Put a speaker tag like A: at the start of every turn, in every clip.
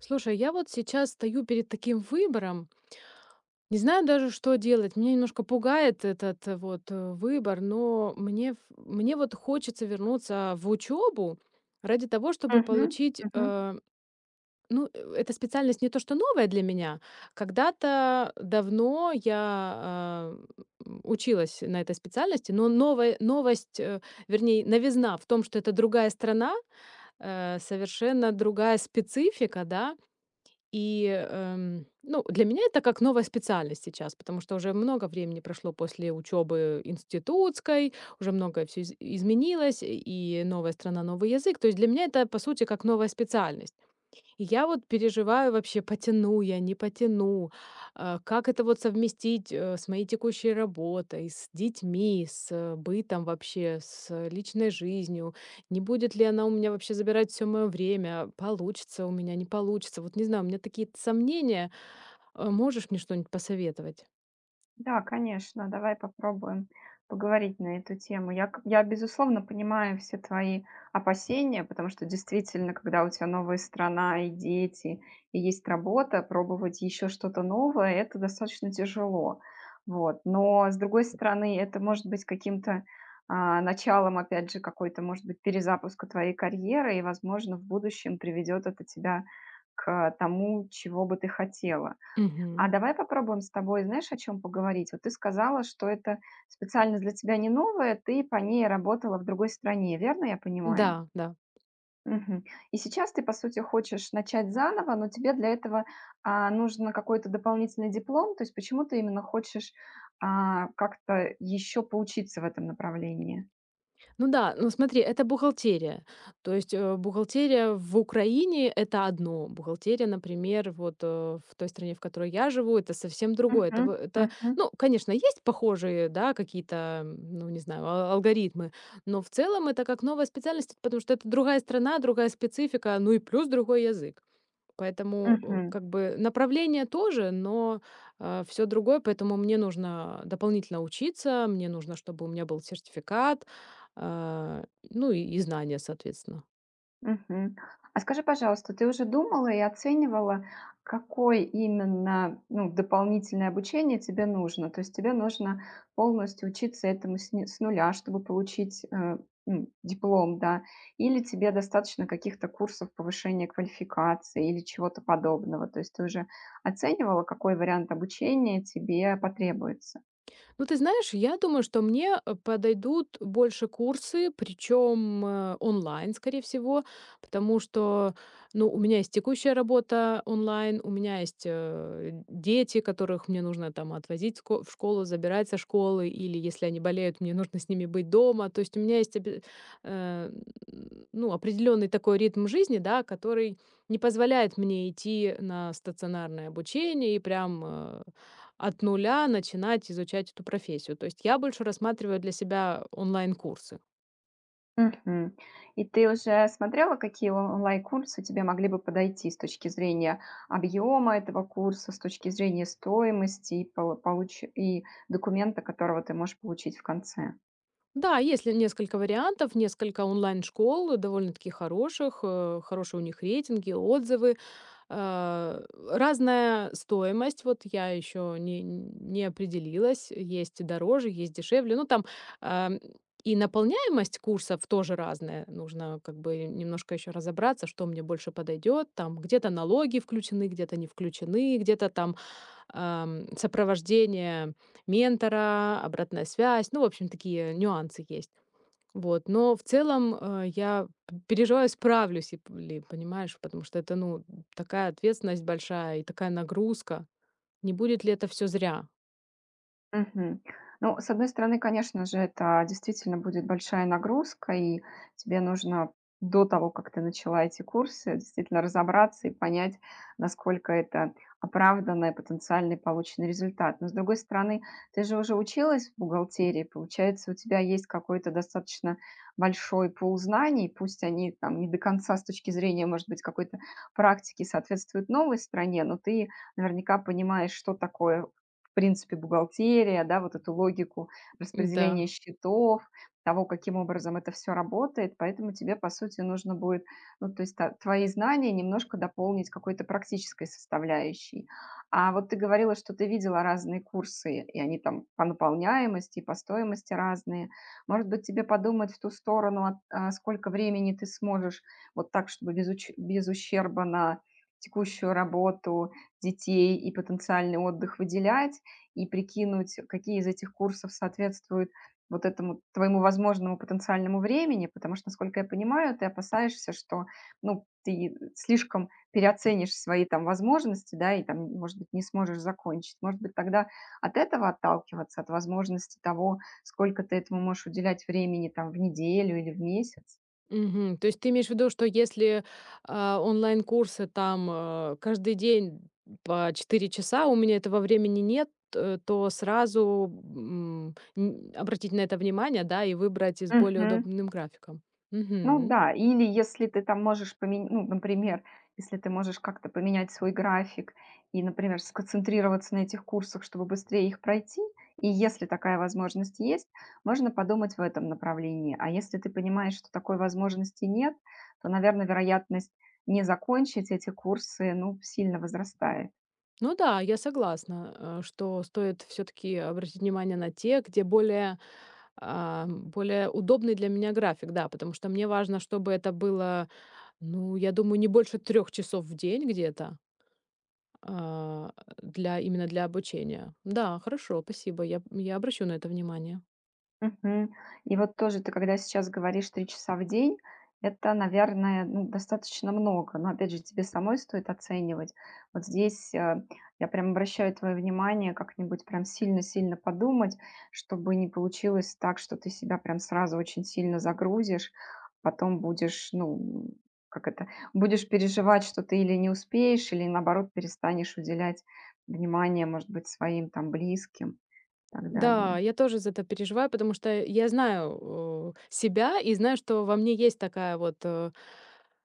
A: Слушай, я вот сейчас стою перед таким выбором. Не знаю даже, что делать. Меня немножко пугает этот выбор, но мне вот хочется вернуться в учебу ради того, чтобы
B: Мгм,
A: получить...
B: мгм.
A: эта специальность не то, что новая для меня. Когда-то давно я училась на этой специальности, но вернее, новизна в том, что это другая страна, совершенно другая специфика, да, и, ну, для меня это как новая специальность сейчас, потому что уже много времени прошло после учебы институтской, уже многое все изменилось, и новая страна, новый язык. То есть для меня это, по сути, как новая специальность. И я вот переживаю вообще, потяну я, не потяну, как это вот совместить, с моей текущей работой, с детьми, с бытом вообще, с личной жизнью. Не будет ли она у меня вообще забирать все мое время? Получится у меня, не получится? Вот не знаю, у меня такие сомнения. Можешь мне что-нибудь посоветовать?
B: Да, конечно, давай попробуем поговорить на эту тему. Я безусловно, понимаю все твои опасения, потому что действительно, когда у тебя новая страна и дети, и есть работа, пробовать еще что-то новое, это достаточно тяжело. Вот. Но, с другой стороны, это может быть каким-то началом, опять же, какой-то, может быть, перезапуска твоей карьеры, и, возможно, в будущем приведет это тебя к тому, чего бы ты хотела. А
A: Мгм.
B: давай попробуем с тобой, знаешь, о чем поговорить? Вот ты сказала, что это специально для тебя не новое, ты по ней работала в другой стране, верно я понимаю?
A: Да, да.
B: Мгм. И сейчас ты, по сути, хочешь начать заново, но тебе для этого нужен какой-то дополнительный диплом, то есть почему ты именно хочешь как-то еще поучиться в этом направлении?
A: Ну да, ну смотри, это бухгалтерия. То есть, бухгалтерия в Украине — это одно. Бухгалтерия, например, вот, в той стране, в которой я живу, это совсем другое.
B: Мгм. Мгм.
A: Ну, конечно, есть похожие, да, какие-то, ну, не знаю, алгоритмы, но в целом это как новая специальность, потому что это другая страна, другая специфика, ну и плюс другой язык. Поэтому,
B: Мгм.
A: как бы направление тоже, но, все другое. Поэтому мне нужно дополнительно учиться, мне нужно, чтобы у меня был сертификат, а, ну и знания, соответственно.
B: Мгм. А скажи, пожалуйста, ты уже думала и оценивала, какое именно, ну, дополнительное обучение тебе нужно? То есть тебе нужно полностью учиться этому с с нуля, чтобы получить диплом, да? Или тебе достаточно каких-то курсов повышения квалификации или чего-то подобного? То есть ты уже оценивала, какой вариант обучения тебе потребуется?
A: Ну, ты знаешь, я думаю, что мне подойдут больше курсы, причем онлайн, скорее всего, потому что, ну, у меня есть текущая работа онлайн, у меня есть дети, которых мне нужно там отвозить в школу, забирать со школы, или если они болеют, мне нужно с ними быть дома. То есть у меня есть, э, ну, определенный такой ритм жизни, да, который не позволяет мне идти на стационарное обучение и прям от нуля начинать изучать эту профессию. То есть я больше рассматриваю для себя онлайн-курсы.
B: Мгм. И ты уже смотрела, какие он онлайн-курсы тебе могли бы подойти с точки зрения объема этого курса, с точки зрения стоимости и, и документа, которого ты можешь получить в конце?
A: Да, есть ли несколько вариантов, несколько онлайн-школ, довольно-таки хороших, хорошие у них рейтинги, отзывы, э, разная стоимость. Вот я еще не определилась, есть и дороже, есть дешевле. Ну, там ам, и наполняемость курсов тоже разная. Нужно как бы немножко еще разобраться, что мне больше подойдет. Там где-то налоги включены, где-то не включены, где-то там сопровождение ментора, обратная связь. Ну, в общем, такие нюансы есть. Вот. Но в целом я переживаю, справлюсь, понимаешь, потому что это, ну, такая ответственность большая и такая нагрузка. Не будет ли это все зря?
B: Мгм. Ну, с одной стороны, конечно же, это действительно будет большая нагрузка, и тебе нужно до того, как ты начала эти курсы, действительно разобраться и понять, насколько это оправданный потенциальный полученный результат. Но с другой стороны, ты же уже училась в бухгалтерии, получается, у тебя есть какой-то достаточно большой пул знаний, пусть они там не до конца с точки зрения, может быть, какой-то практики соответствуют новой стране, но ты наверняка понимаешь, что такое в принципе, бухгалтерия, да, вот эту логику распределения
A: Да.
B: счетов, того, каким образом это все работает. Поэтому тебе, по сути, нужно будет, ну, то есть твои знания немножко дополнить какой-то практической составляющей. А вот ты говорила, что ты видела разные курсы, и они там по наполняемости, и по стоимости разные. Может быть, тебе подумать в ту сторону, сколько времени ты сможешь вот так, чтобы без, без ущерба на текущую работу, детей и потенциальный отдых выделять, и прикинуть, какие из этих курсов соответствуют вот этому твоему возможному потенциальному времени, потому что, насколько я понимаю, ты опасаешься, что, ну, ты слишком переоценишь свои там возможности, да, и там, может быть, не сможешь закончить. Может быть, тогда от этого отталкиваться, от возможности того, сколько ты этому можешь уделять времени там в неделю или в месяц.
A: Мгм. То есть ты имеешь в виду, что если, онлайн-курсы там, каждый день по 4 часа, у меня этого времени нет, то сразу, м, н обратить на это внимание, да, и выбрать из более
B: Мгм.
A: удобным графиком.
B: Ну
A: Мгм.
B: да, или если ты там можешь помен ну, например, если ты можешь как-то поменять свой график и, например, сконцентрироваться на этих курсах, чтобы быстрее их пройти, и если такая возможность есть, можно подумать в этом направлении. А если ты понимаешь, что такой возможности нет, то, наверное, вероятность не закончить эти курсы, ну, сильно возрастает.
A: Ну да, я согласна, что стоит все таки обратить внимание на те, где более, более удобный для меня график, да, потому что мне важно, чтобы это было, ну, я думаю, не больше трех часов в день где-то. А, для именно для обучения. Да, хорошо, спасибо. Я обращу на это внимание.
B: Мгм. И вот тоже ты, когда сейчас говоришь 3 часа в день, это, наверное, ну, достаточно много. Но опять же, тебе самой стоит оценивать. Вот здесь я прям обращаю твое внимание как-нибудь прям сильно-сильно подумать, чтобы не получилось так, что ты себя прям сразу очень сильно загрузишь, потом будешь, ну, как это, будешь переживать, что ты или не успеешь, или наоборот перестанешь уделять внимание, может быть, своим там близким и так далее.
A: Да, я тоже за это переживаю, потому что я знаю, себя и знаю, что во мне есть такая вот,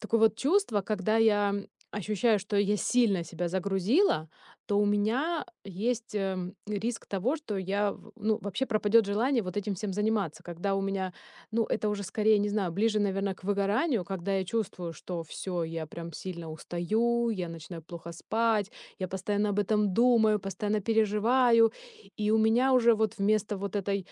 A: такое вот чувство, когда я ощущаю, что я сильно себя загрузила, то у меня есть, риск того, что я, в ну, вообще пропадет желание вот этим всем заниматься. Когда у меня, ну, это уже скорее, не знаю, ближе, наверное к выгоранию, когда я чувствую, что все, я прям сильно устаю, я начинаю плохо спать, я постоянно об этом думаю, постоянно переживаю. И у меня уже вот вместо вот этой,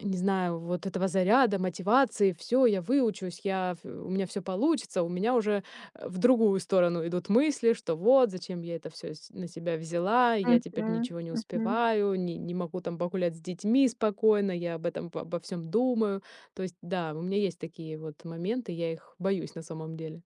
A: не знаю, вот этого заряда, мотивации, все, я выучусь, я ф у меня все получится, у меня уже, в другую сторону идут мысли, что вот зачем я это все на себя взяла, я теперь
B: Мгм.
A: ничего не
B: Мгм.
A: успеваю, не могу там погулять с детьми спокойно, я об этом по обо всем думаю. То есть да, у меня есть такие вот моменты, я их боюсь на самом деле.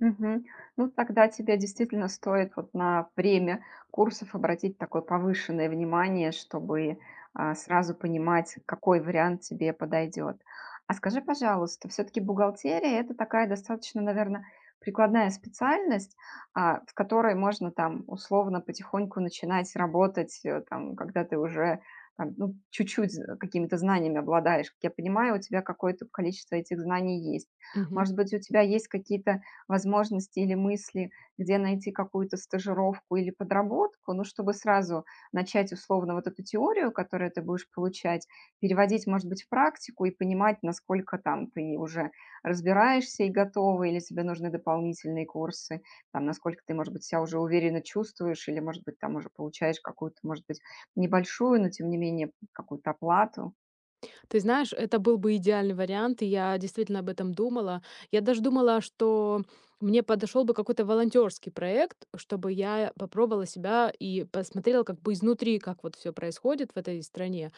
B: Мгм. Ну, тогда тебе действительно стоит вот на время курсов обратить такое повышенное внимание, чтобы сразу понимать, какой вариант тебе подойдет. А скажи, пожалуйста, все-таки бухгалтерия это такая достаточно, наверное, прикладная специальность, в которой можно там условно потихоньку начинать работать, там, когда ты уже там, ну, чуть-чуть какими-то знаниями обладаешь. Как я понимаю, у тебя какое-то количество этих знаний есть. Может быть, у тебя есть какие-то возможности или мысли, где найти какую-то стажировку или подработку, ну, чтобы сразу начать условно вот эту теорию, которую ты будешь получать, переводить, может быть, в практику и понимать, насколько там ты уже разбираешься и готова, или тебе нужны дополнительные курсы, там, насколько ты, может быть, себя уже уверенно чувствуешь, или, может быть, там уже получаешь какую-то, может быть, небольшую, но тем не менее какую-то оплату.
A: Ты знаешь, это был бы идеальный вариант, и я действительно об этом думала. Я даже думала, что мне подошел бы какой-то волонтерский проект, чтобы я попробовала себя и посмотрела как бы изнутри, как вот все происходит в этой стране.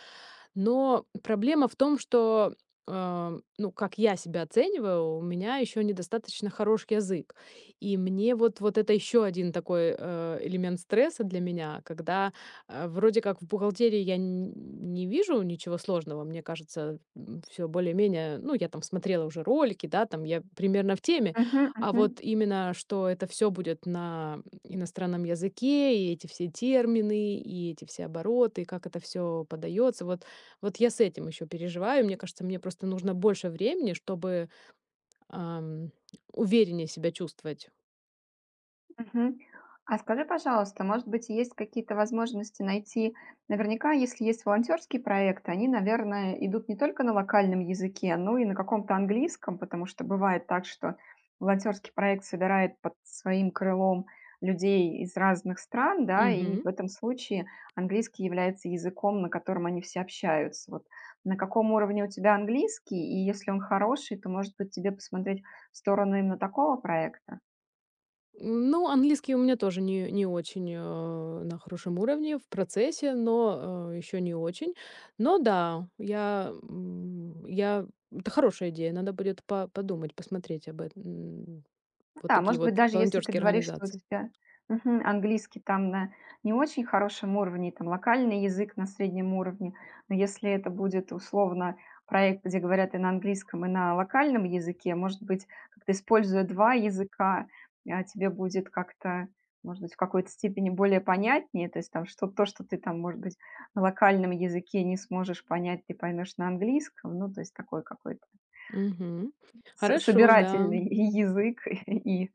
A: Но проблема в том, что, ну, как я себя оцениваю, у меня еще недостаточно хорош язык. И мне вот это еще один такой элемент стресса для меня, когда вроде как в бухгалтерии я не вижу ничего сложного, мне кажется, все более-менее, ну, я там смотрела уже ролики, да, там я примерно в теме,
B: Мгм,
A: а
B: мгм.
A: вот именно, что это все будет на иностранном языке, и эти все термины, и эти все обороты, и как это все подается, вот я с этим еще переживаю. Мне кажется, мне просто нужно больше времени, чтобы, ам, увереннее себя чувствовать.
B: Мгм. А скажи, пожалуйста, может быть, есть какие-то возможности найти? Наверняка, если есть волонтерские проекты, они, наверное, идут не только на локальном языке, но и на каком-то английском, потому что бывает так, что волонтерский проект собирает под своим крылом людей из разных стран, да, и
A: Мгм.
B: в этом случае английский является языком, на котором они все общаются. Вот на каком уровне у тебя английский, и если он хороший, то, может быть, тебе посмотреть в сторону именно такого проекта?
A: Ну, английский у меня тоже не очень, на хорошем уровне, в процессе, но, еще не очень. Но да, я это хорошая идея. Надо будет по подумать, посмотреть об эт
B: Ну
A: вот
B: да,
A: такие
B: может быть,
A: вот
B: даже если ты
A: волонтерские
B: говоришь, что у
A: организации.
B: тебя мгм, английский там на не очень хорошем уровне, и там локальный язык на среднем уровне, но если это будет условно проект, где говорят и на английском, и на локальном языке, может быть, как-то используя два языка, тебе будет как-то, может быть, в какой-то степени более понятнее, то есть там что то, что ты там, может быть, на локальном языке не сможешь понять, ты поймешь на английском, ну, то есть такой какой-то
A: Мгм.
B: с
A: Хорошо, да.
B: собирательный язык, и,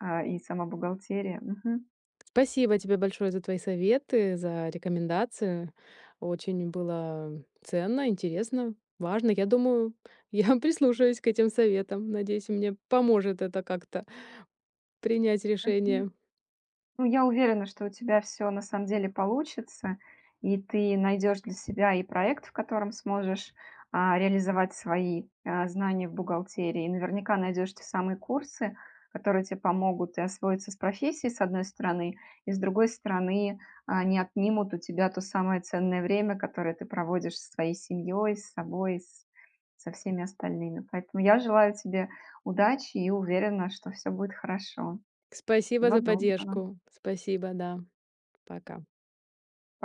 B: и сама бухгалтерия. Мгм.
A: Спасибо тебе большое за твои советы, за рекомендации. Очень было ценно, интересно, важно. Я думаю, я прислушаюсь к этим советам. Надеюсь, мне поможет это как-то принять
B: Мгм.
A: решение.
B: Ну, я уверена, что у тебя все на самом деле получится, и ты найдешь для себя и проект, в котором сможешь, реализовать свои, знания в бухгалтерии. И наверняка найдешь те самые курсы, которые тебе помогут и освоиться с профессией, с одной стороны, и с другой стороны, не отнимут у тебя то самое ценное время, которое ты проводишь со своей семьей, с собой, с со всеми остальными. Поэтому я желаю тебе удачи и уверена, что все будет хорошо.
A: Спасибо
B: Всего
A: за
B: доброго.
A: поддержку. Спасибо, да. Пока.